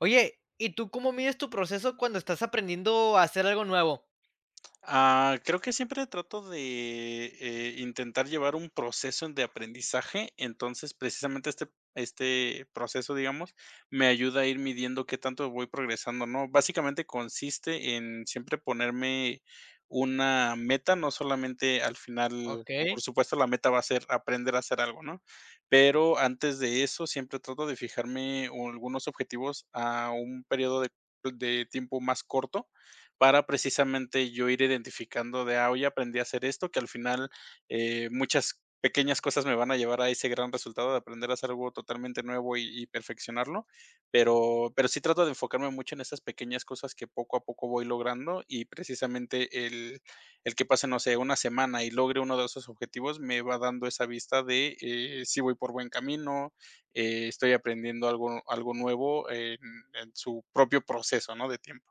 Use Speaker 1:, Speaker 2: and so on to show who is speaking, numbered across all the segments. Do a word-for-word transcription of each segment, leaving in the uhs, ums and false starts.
Speaker 1: Oye, ¿y tú cómo mides tu proceso cuando estás aprendiendo a hacer algo nuevo?
Speaker 2: Ah, creo que siempre trato de, eh, intentar llevar un proceso de aprendizaje. Entonces, precisamente este este proceso, digamos, me ayuda a ir midiendo qué tanto voy progresando, ¿no? Básicamente consiste en siempre ponerme una meta, no solamente al final.
Speaker 1: Ok.
Speaker 2: Por supuesto, la meta va a ser aprender a hacer algo, ¿no? Pero antes de eso, siempre trato de fijarme algunos objetivos a un periodo de de tiempo más corto, para precisamente yo ir identificando de, ah, hoy aprendí a hacer esto, que al final eh, muchas pequeñas cosas me van a llevar a ese gran resultado de aprender a hacer algo totalmente nuevo y, y perfeccionarlo. Pero, pero sí trato de enfocarme mucho en esas pequeñas cosas que poco a poco voy logrando, y precisamente el, el que pase, no sé, una semana y logre uno de esos objetivos me va dando esa vista de eh, si voy por buen camino. Eh, estoy aprendiendo algo, algo nuevo en, en su propio proceso, ¿no? De tiempo.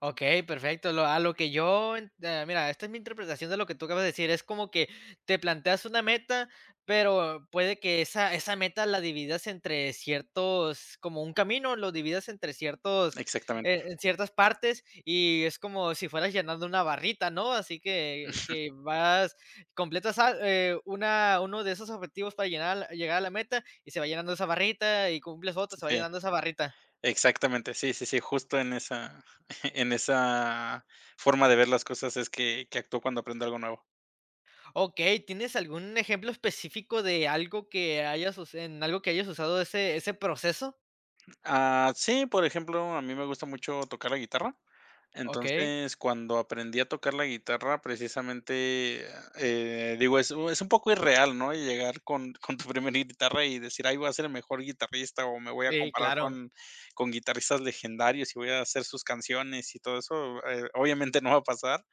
Speaker 1: Okey, perfecto. Lo a lo que yo en eh, mira, esta es mi interpretación de lo que tú acabas de decir. Es como que te planteas una meta, pero puede que esa esa meta la dividas entre ciertos como un camino, lo dividas entre ciertos
Speaker 2: Exactamente.
Speaker 1: eh, en ciertas partes, y es como si fueras llenando una barrita, ¿no? Así que que vas completas al eh, una uno de esos objetivos para llenar llegar a la meta, y se va llenando esa barrita, y cumples otro, se va
Speaker 2: Sí.
Speaker 1: llenando esa barrita.
Speaker 2: Exactamente, sí, sí, sí, justo en esa en esa forma de ver las cosas es que que actúo cuando aprendo algo nuevo.
Speaker 1: Okey, ¿tienes algún ejemplo específico de algo que hayas us en algo que hayas usado ese ese proceso?
Speaker 2: Ah, sí, por ejemplo, a mí me gusta mucho tocar la guitarra.
Speaker 1: Okey,
Speaker 2: Entonces, cuando aprendí a tocar la guitarra, precisamente, eh, digo, es, es un poco irreal, ¿no? Y Llegar con, con tu primera guitarra y decir, ay, voy a ser el mejor guitarrista, o me voy a
Speaker 1: sí,
Speaker 2: comparar
Speaker 1: claro.
Speaker 2: con, con guitarristas legendarios y voy a hacer sus canciones y todo eso. Eh, obviamente no va a pasar.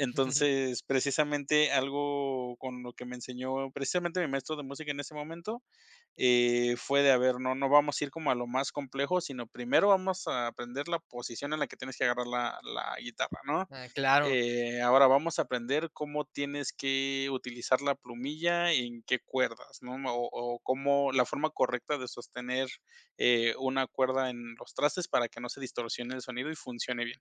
Speaker 2: precisamente algo con lo que me enseñó precisamente mi maestro de música en ese momento eh, fue de, a ver, no, no vamos a ir como a lo más complejo, sino primero vamos a aprender la posición en la que tienes que agarrar la, la guitarra, ¿no?
Speaker 1: Ah, claro,
Speaker 2: Eh, ahora vamos a aprender cómo tienes que utilizar la plumilla, en qué cuerdas, ¿no? O, o cómo la forma correcta de sostener eh, una cuerda en los trastes para que no se distorsione el sonido y funcione bien.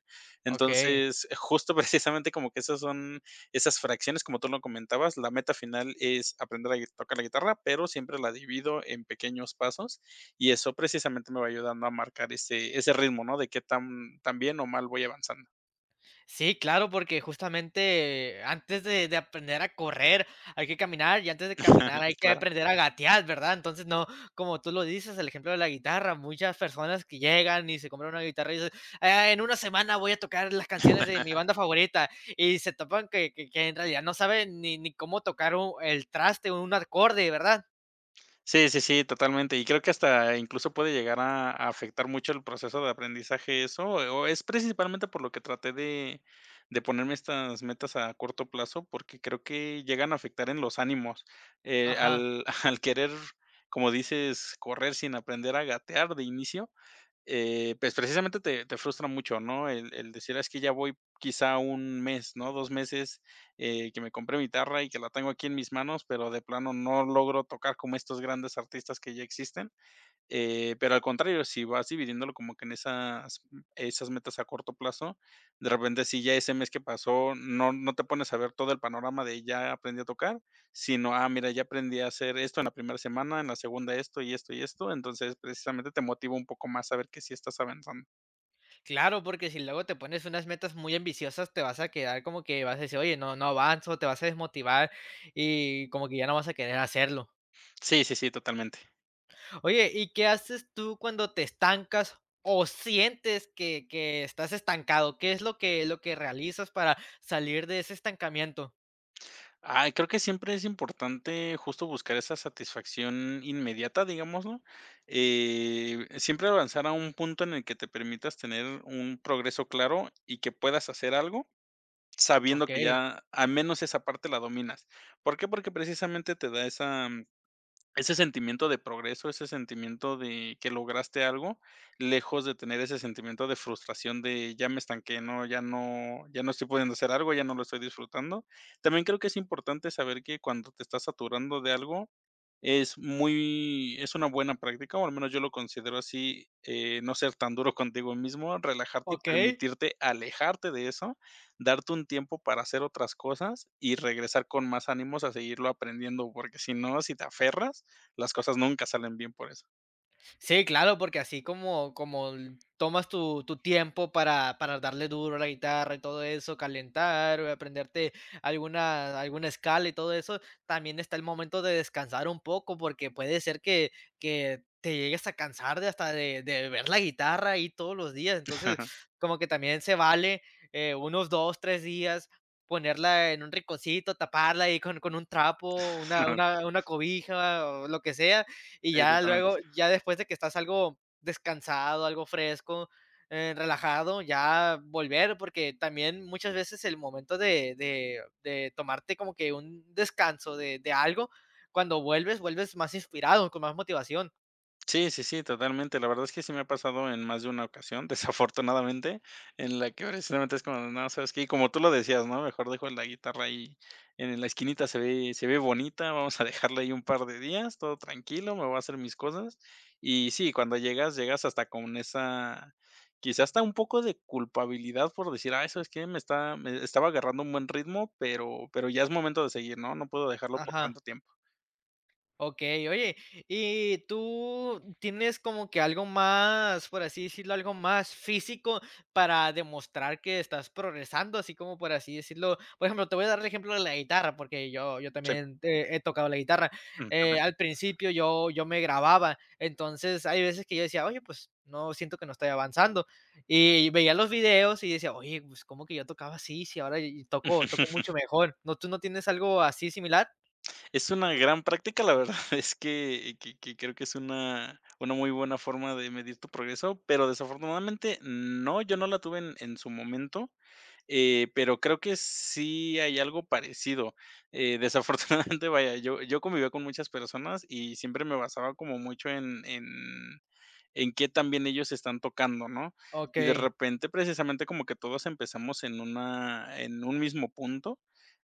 Speaker 1: okey.
Speaker 2: Entonces, justo precisamente como que esas son esas fracciones, como tú lo comentabas, la meta final es aprender a gui- tocar la guitarra, pero siempre la divido en pequeños pasos, y eso precisamente me va ayudando a marcar ese, ese ritmo, ¿no? De qué tan, tan bien o mal voy avanzando.
Speaker 1: Sí, claro, porque justamente antes de de aprender a correr hay que caminar, y antes de caminar hay que
Speaker 2: Claro.
Speaker 1: aprender a gatear, ¿verdad? Entonces, no, como tú lo dices, el ejemplo de la guitarra, muchas personas que llegan y se compran una guitarra y dicen: "Ah, en una semana voy a tocar las canciones de mi banda favorita", y se topan que que que en realidad no saben ni ni cómo tocar un el traste, o un acorde, ¿verdad?
Speaker 2: Sí, sí, sí, totalmente. Y creo que hasta incluso puede llegar a a afectar mucho el proceso de aprendizaje eso, o es principalmente por lo que traté de de ponerme estas metas a corto plazo, porque creo que llegan a afectar en los ánimos, eh,
Speaker 1: Ajá.
Speaker 2: al al querer, como dices, correr sin aprender a gatear de inicio. Eh, pues, precisamente te te frustra mucho, ¿no? El el decir: "Ah, es que ya voy, quizá un mes, ¿no? Dos meses, eh, que me compré mi guitarra y que la tengo aquí en mis manos, pero de plano no logro tocar como estos grandes artistas que ya existen". Eh, pero al contrario, si vas dividiéndolo como que en esas mm, esas metas a corto plazo, de repente, si ya ese mes que pasó, no no te pones a ver todo el panorama de ya aprendí a tocar, sino, ah, mira, ya aprendí a hacer esto en la primera semana, en la segunda esto, y esto, y esto. Entonces, precisamente te motiva un poco más a ver que sí estás avanzando.
Speaker 1: Claro, porque si luego te pones unas metas muy ambiciosas, te vas a quedar como que vas a decir, oye, no, no avanzo, te vas a desmotivar y como que ya no vas a querer hacerlo.
Speaker 2: Sí, sí, sí, totalmente.
Speaker 1: Oye, ¿y qué haces tú cuando te estancas o sientes que, que estás estancado? ¿Qué es lo que, lo que realizas para salir de ese estancamiento?
Speaker 2: Ah, creo que siempre es importante justo buscar esa satisfacción inmediata, digámoslo. Eh, siempre avanzar a un punto en el que te permitas tener un progreso claro y que puedas hacer algo sabiendo
Speaker 1: Ok,
Speaker 2: que ya al menos esa parte la dominas. ¿Por qué? Porque precisamente te da esa ese sentimiento de progreso, ese sentimiento de que lograste algo, lejos de tener ese sentimiento de frustración de ya me estanqué, ¿no? Ya no ya no estoy pudiendo hacer algo, ya no lo estoy disfrutando. También creo que es importante saber que cuando te estás saturando de algo, es muy es una buena práctica, o al menos yo lo considero así, eh, no ser tan duro contigo mismo, relajarte y
Speaker 1: ok.
Speaker 2: permitirte alejarte de eso, darte un tiempo para hacer otras cosas y regresar con más ánimos a seguirlo aprendiendo, porque si no, si te aferras, las cosas nunca salen bien por eso.
Speaker 1: Sí, claro, porque así como como l tomas tu tu tiempo para para darle duro a la guitarra y todo eso, calentar, eh, aprenderte alguna alguna escala y todo eso, también está el momento de descansar un poco, porque puede ser que que te llegues a cansar de hasta de de ver la guitarra ahí todos los días. Entonces, como que también se vale, eh, unos dos tres días ponerla en un rinconcito, taparla ahí con con un trapo, una una una cobija o lo que sea. Y
Speaker 2: Sí,
Speaker 1: ya
Speaker 2: totalmente.
Speaker 1: luego, ya después de que estás algo descansado, algo fresco, eh, relajado, ya volver, porque también muchas veces el momento de, de, de tomarte como que un descanso de, de algo, cuando vuelves, vuelves más inspirado, con más motivación.
Speaker 2: Sí, sí, sí, totalmente. La verdad es que sí me ha pasado en más de una ocasión, desafortunadamente, en la que precisamente es como, no, ¿sabes qué? Y como tú lo decías, ¿no? Mejor dejo la guitarra ahí en la esquinita, se ve se ve bonita, vamos a dejarla ahí un par de días, todo tranquilo, me voy a hacer mis cosas. Y sí, cuando llegas, llegas hasta con esa, quizás hasta un poco de culpabilidad por decir: ah, eso es que Me está me estaba agarrando un buen ritmo, pero pero ya es momento de seguir, ¿no? No puedo dejarlo por
Speaker 1: Ajá.
Speaker 2: tanto tiempo".
Speaker 1: Okey, oye, ¿y tú tienes como que algo más, por así decirlo, algo más físico para demostrar que estás progresando? Así como, por así decirlo, por ejemplo, te voy a dar el ejemplo de la guitarra, porque yo yo
Speaker 2: Sí,
Speaker 1: también, eh, he tocado la guitarra.
Speaker 2: mm.
Speaker 1: Eh, al principio yo yo me grababa, entonces hay veces que yo decía: "Oye, pues, no siento que no estoy avanzando", y veía los videos y decía: "Oye, pues, ¿cómo que yo tocaba así? Si ahora y y toco toco mucho mejor", ¿no tú no tienes algo así similar?
Speaker 2: Es una gran práctica, la verdad es que que que creo que es una una muy buena forma de medir tu progreso, pero desafortunadamente no, yo no la tuve en en su momento. Eh, pero creo que sí hay algo parecido. Eh, desafortunadamente, vaya, yo yo convivía con muchas personas y siempre me basaba como mucho en en en qué tan bien ellos están tocando, ¿no? Y de
Speaker 1: Okey,
Speaker 2: repente, precisamente, como que todos empezamos en una en un mismo punto.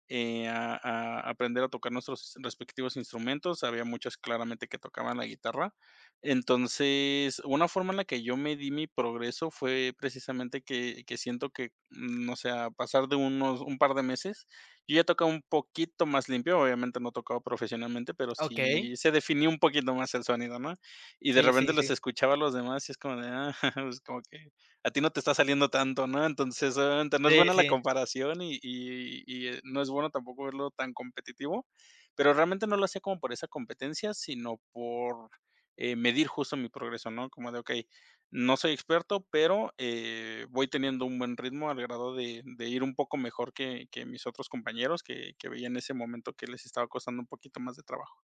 Speaker 2: eh, a a aprender a tocar nuestros respectivos instrumentos. Había muchos claramente que tocaban la guitarra. Entonces, una forma en la que yo medí mi progreso fue precisamente que que siento que, mm, o sea, pasar de unos un par de meses, yo ya tocaba un poquito más limpio. Obviamente no tocaba profesionalmente, pero
Speaker 1: okey.
Speaker 2: sí se definía un poquito más el sonido, ¿no? Y de
Speaker 1: Sí,
Speaker 2: repente
Speaker 1: sí,
Speaker 2: los
Speaker 1: sí.
Speaker 2: escuchaba a los demás y es como de, ah, pues como que a ti no te está saliendo tanto, ¿no? Entonces, obviamente, no es
Speaker 1: Sí,
Speaker 2: buena la
Speaker 1: sí.
Speaker 2: comparación y y y, eh, no es bueno tampoco verlo tan competitivo. Pero realmente no lo hacía como por esa competencia, sino por, eh, medir justo mi progreso, ¿no? Como de, okey, no soy experto, pero, eh, voy teniendo un buen ritmo al grado de de ir un poco mejor que que mis otros compañeros que que veía en ese momento que les estaba costando un poquito más de trabajo.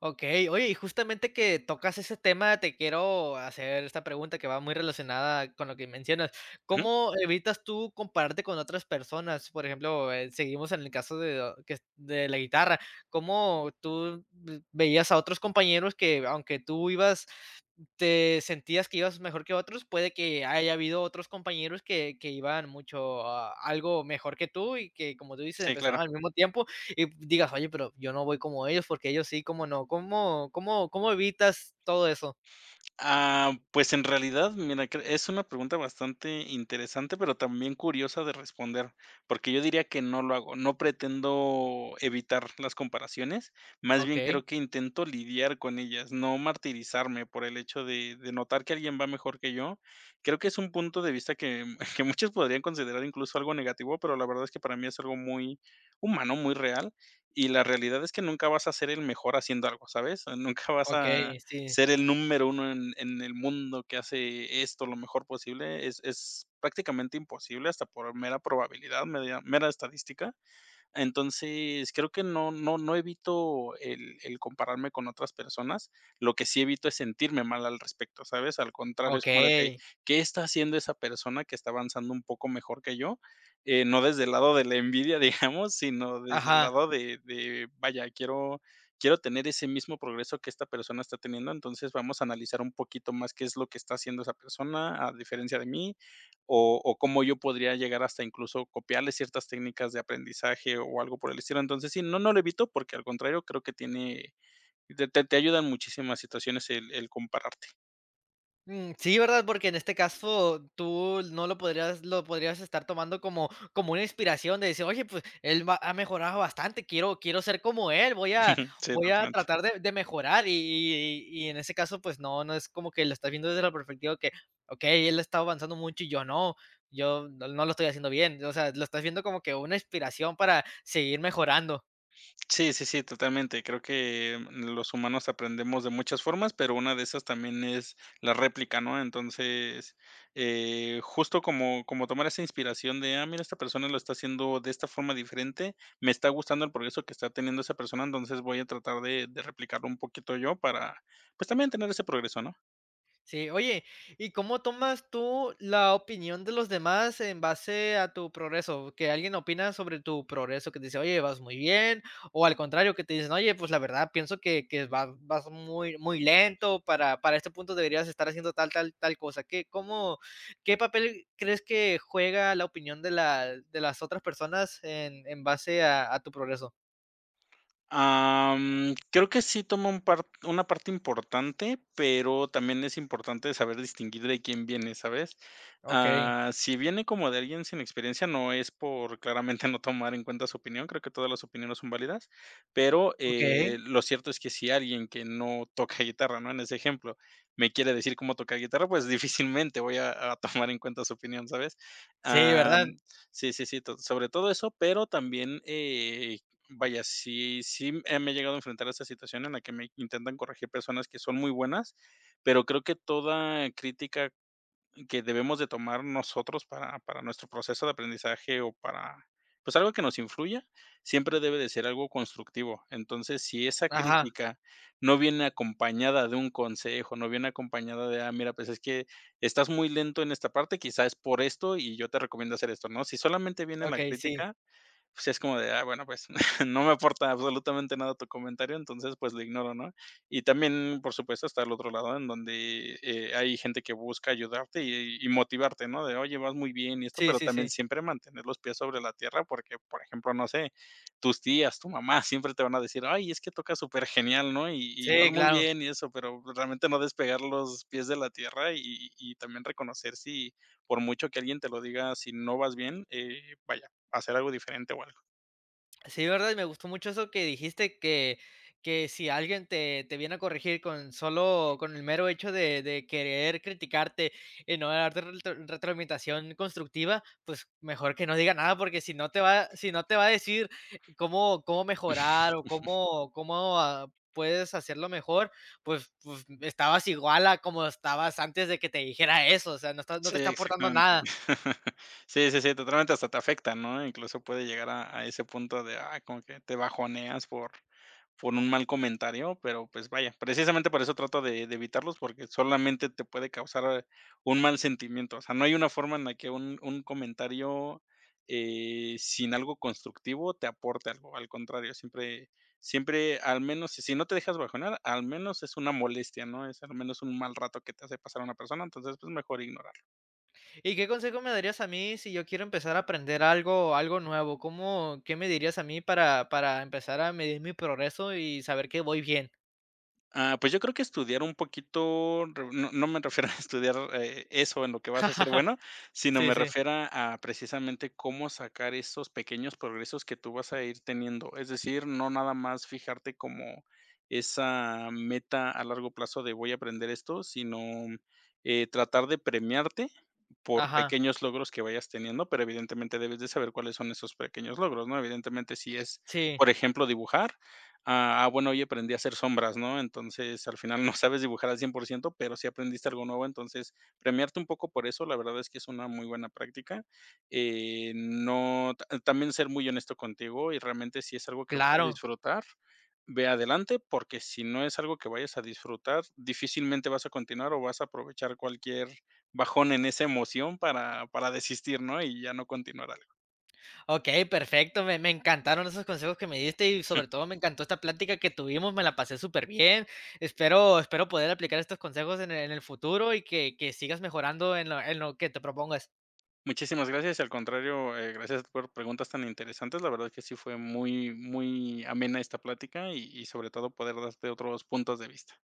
Speaker 1: Okey. Oye, y justamente que tocas ese tema, te quiero hacer esta pregunta que va muy relacionada con lo que mencionas.
Speaker 2: Ujú.
Speaker 1: ¿Cómo evitas tú compararte con otras personas? Por ejemplo, eh, seguimos en el caso de o- que es de la guitarra, ¿cómo tú v veías a otros compañeros que, aunque tú ibas te sentías que ibas mejor que otros, puede que haya habido otros compañeros que que iban mucho a algo mejor que tú y que, como tú dices,
Speaker 2: Sí, claro.
Speaker 1: empezaron al mismo tiempo y digas: "Oye, pero yo no voy como ellos, porque ellos sí, como no?". ¿Cómo cómo cómo evitas todo eso?
Speaker 2: Ah, pues en realidad, mira, cre es una pregunta bastante interesante, pero también curiosa de responder, porque yo diría que no lo hago, no pretendo evitar las comparaciones. Más bien
Speaker 1: Okey,
Speaker 2: creo que intento lidiar con ellas, no martirizarme por el hecho de de notar que alguien va mejor que yo. Creo que es un punto de vista que que muchos podrían considerar incluso algo negativo, pero la verdad es que para mí es algo muy humano, muy real. Y la realidad es que nunca vas a ser el mejor haciendo algo, ¿sabes? Nunca vas a
Speaker 1: okey, sí,
Speaker 2: ser el número uno en en el mundo que hace esto lo mejor posible es es prácticamente imposible, hasta por mera probabilidad, media mera estadística. Entonces, creo que no no no evito el el compararme con otras personas, lo que sí evito es sentirme mal al respecto, ¿sabes? Al contrario, es como de: "Okey,
Speaker 1: okey,
Speaker 2: ¿qué está haciendo esa persona que está avanzando un poco mejor que yo?". Eh, no desde el lado de la envidia, digamos, sino desde el
Speaker 1: ajá.
Speaker 2: lado de de, vaya, quiero quiero tener ese mismo progreso que esta persona está teniendo. Entonces, vamos a analizar un poquito más qué es lo que está haciendo esa persona, a diferencia de mí o o cómo yo podría llegar hasta incluso copiarle ciertas técnicas de aprendizaje o algo por el estilo. Entonces, sí, no, no lo evito, porque al contrario creo que tiene te te te ayuda muchísimas situaciones el el compararte.
Speaker 1: Mm, sí, ¿verdad? Porque en este caso tú no lo podrías lo podrías estar tomando como como una inspiración de decir: "Oye, pues, él va ha mejorado bastante, quiero quiero ser como él, voy a
Speaker 2: Sí,
Speaker 1: voy a
Speaker 2: totalmente.
Speaker 1: tratar de de mejorar", y y y en ese caso, pues no, no es como que lo estás viendo desde la perspectiva que: "Okey, él está avanzando mucho y yo no, yo no no lo estoy haciendo bien", o sea, lo estás viendo como que una inspiración para seguir mejorando.
Speaker 2: Sí, sí, sí, totalmente. Creo que mm, los humanos aprendemos de muchas formas, pero una de esas también es la réplica, ¿no? Entonces, eh, justo como, como tomar esa inspiración de, ah, mira, esta persona lo está haciendo de esta forma diferente, me está gustando el progreso que está teniendo esa persona. Entonces, voy a tratar de, de replicarlo un poquito yo para, pues también tener ese progreso, ¿no?
Speaker 1: Sí, oye, ¿y cómo tomas tú la opinión de los demás en base a tu progreso? Que alguien opina sobre tu progreso, que te dice, oye, vas muy bien, o al contrario, que te dicen, oye, pues la verdad, pienso que, que vas, vas muy, muy lento, para, para este punto deberías estar haciendo tal, tal, tal cosa. ¿Qué, cómo, qué papel crees que juega la opinión de, la, de las otras personas en, en base a, a tu progreso?
Speaker 2: Am, creo que sí toma un par una parte importante, pero también es importante saber distinguir de quién viene, ¿sabes?
Speaker 1: Ok,
Speaker 2: Ah, si viene como de alguien sin experiencia, no es por claramente no tomar en cuenta su opinión. Creo que todas las opiniones son válidas, pero,
Speaker 1: ok.
Speaker 2: eh, lo cierto es que si alguien que no toca guitarra, ¿no? En ese ejemplo, me quiere decir cómo tocar guitarra, pues difícilmente voy a a tomar en cuenta su opinión, ¿sabes?
Speaker 1: Sí,
Speaker 2: Am,
Speaker 1: ¿verdad?
Speaker 2: sí, sí, sí, to sobre todo eso, pero también, eh, vaya, sí sí, eh, me he llegado a enfrentar a esta situación en la que me intentan corregir personas que son muy buenas, pero creo que toda crítica que debemos de tomar nosotros para para nuestro proceso de aprendizaje o para, pues, algo que nos influya, siempre debe de ser algo constructivo. Entonces, si esa
Speaker 1: Ajá,
Speaker 2: crítica no viene acompañada de un consejo, no viene acompañada de: "Ah, mira, pues, es que estás muy lento en esta parte, quizá es por esto, y yo te recomiendo hacer esto", ¿no? Si solamente viene la
Speaker 1: ok, sí,
Speaker 2: crítica, pues, sí es como de, ah, bueno, pues, no me aporta absolutamente nada tu comentario, entonces, pues, lo ignoro, ¿no? Y también, por supuesto, está el otro lado en donde, eh, hay gente que busca ayudarte y y motivarte, ¿no? De, oye, vas muy bien y esto,
Speaker 1: sí,
Speaker 2: pero
Speaker 1: sí,
Speaker 2: también
Speaker 1: sí.
Speaker 2: siempre mantener los pies sobre la tierra, porque, por ejemplo, no sé, tus tías, tu mamá siempre te van a decir: "Ay, es que toca tocas genial, ¿no? Y y vas
Speaker 1: Sí,
Speaker 2: muy
Speaker 1: claro.
Speaker 2: bien y eso", pero realmente no despegar los pies de la tierra y y también reconocer si, por mucho que alguien te lo diga, si no vas bien, eh, vaya, hacer algo diferente o algo.
Speaker 1: Sí, ¿verdad? Y me gustó mucho eso que dijiste que que si alguien te te viene a corregir con solo con el mero hecho de de querer criticarte y no darte retro retroalimentación constructiva, pues, mejor que no diga nada, porque si no te va si no te va a decir cómo cómo mejorar o cómo cómo, ah, puedes hacerlo mejor, pues pues, estabas igual a como estabas antes de que te dijera eso, o sea, no estás no te
Speaker 2: Sí,
Speaker 1: está aportando
Speaker 2: exactamente.
Speaker 1: nada.
Speaker 2: Sí, sí, sí, totalmente, hasta te afecta, ¿no? Incluso puede llegar a a ese punto de, ah, como que te bajoneas por por un mal comentario, pero pues vaya, precisamente por eso trato de, de evitarlos porque solamente te puede causar un mal sentimiento. O sea, no hay una forma en la que un, un comentario eh, sin algo constructivo te aporte algo. Al contrario, siempre, siempre, al menos, si si no te dejas bajonar, al menos es una molestia, ¿no? Es al menos un mal rato que te hace pasar a una persona. Entonces, pues mejor ignorar.
Speaker 1: ¿Y qué consejo me darías a mí si yo quiero empezar a aprender algo algo nuevo? ¿Cómo qué me dirías a mí para para empezar a medir mi progreso y saber que voy bien?
Speaker 2: Ah, pues yo creo que estudiar un poquito, re no no me refiero a estudiar, eh, eso en lo que vas a ser bueno, sino
Speaker 1: Sí,
Speaker 2: me
Speaker 1: sí.
Speaker 2: refiero a precisamente cómo sacar esos pequeños progresos que tú vas a ir teniendo. Es decir, no nada más fijarte como esa meta a largo plazo de voy a aprender esto, sino, eh, tratar de premiarte por
Speaker 1: Ajá.
Speaker 2: pequeños logros que vayas teniendo, pero evidentemente debes de saber cuáles son esos pequeños logros, ¿no? Evidentemente, si es,
Speaker 1: Sí,
Speaker 2: por ejemplo, dibujar, ah, ah, bueno, hoy aprendí a hacer sombras, ¿no? Entonces, al final no sabes dibujar al cien por ciento, pero sí aprendiste algo nuevo, entonces, premiarte un poco por eso, la verdad es que es una muy buena práctica. Eh, no ta también ser muy honesto contigo y realmente si es algo que vas a
Speaker 1: claro.
Speaker 2: disfrutar, ve adelante, porque si no es algo que vayas a disfrutar, difícilmente vas a continuar o vas a aprovechar cualquier bajón en esa emoción para para desistir, ¿no? Y ya no continuar algo.
Speaker 1: Okey, perfecto. Me me encantaron esos consejos que me diste y sobre todo me encantó esta plática que tuvimos, me la pasé súper bien. Espero espero poder aplicar estos consejos en el en el futuro y que que sigas mejorando en lo en lo que te propongas.
Speaker 2: Muchísimas gracias, al contrario, eh, gracias por preguntas tan interesantes. La verdad que sí fue muy, muy amena esta plática y, y sobre todo poder darte otros puntos de vista.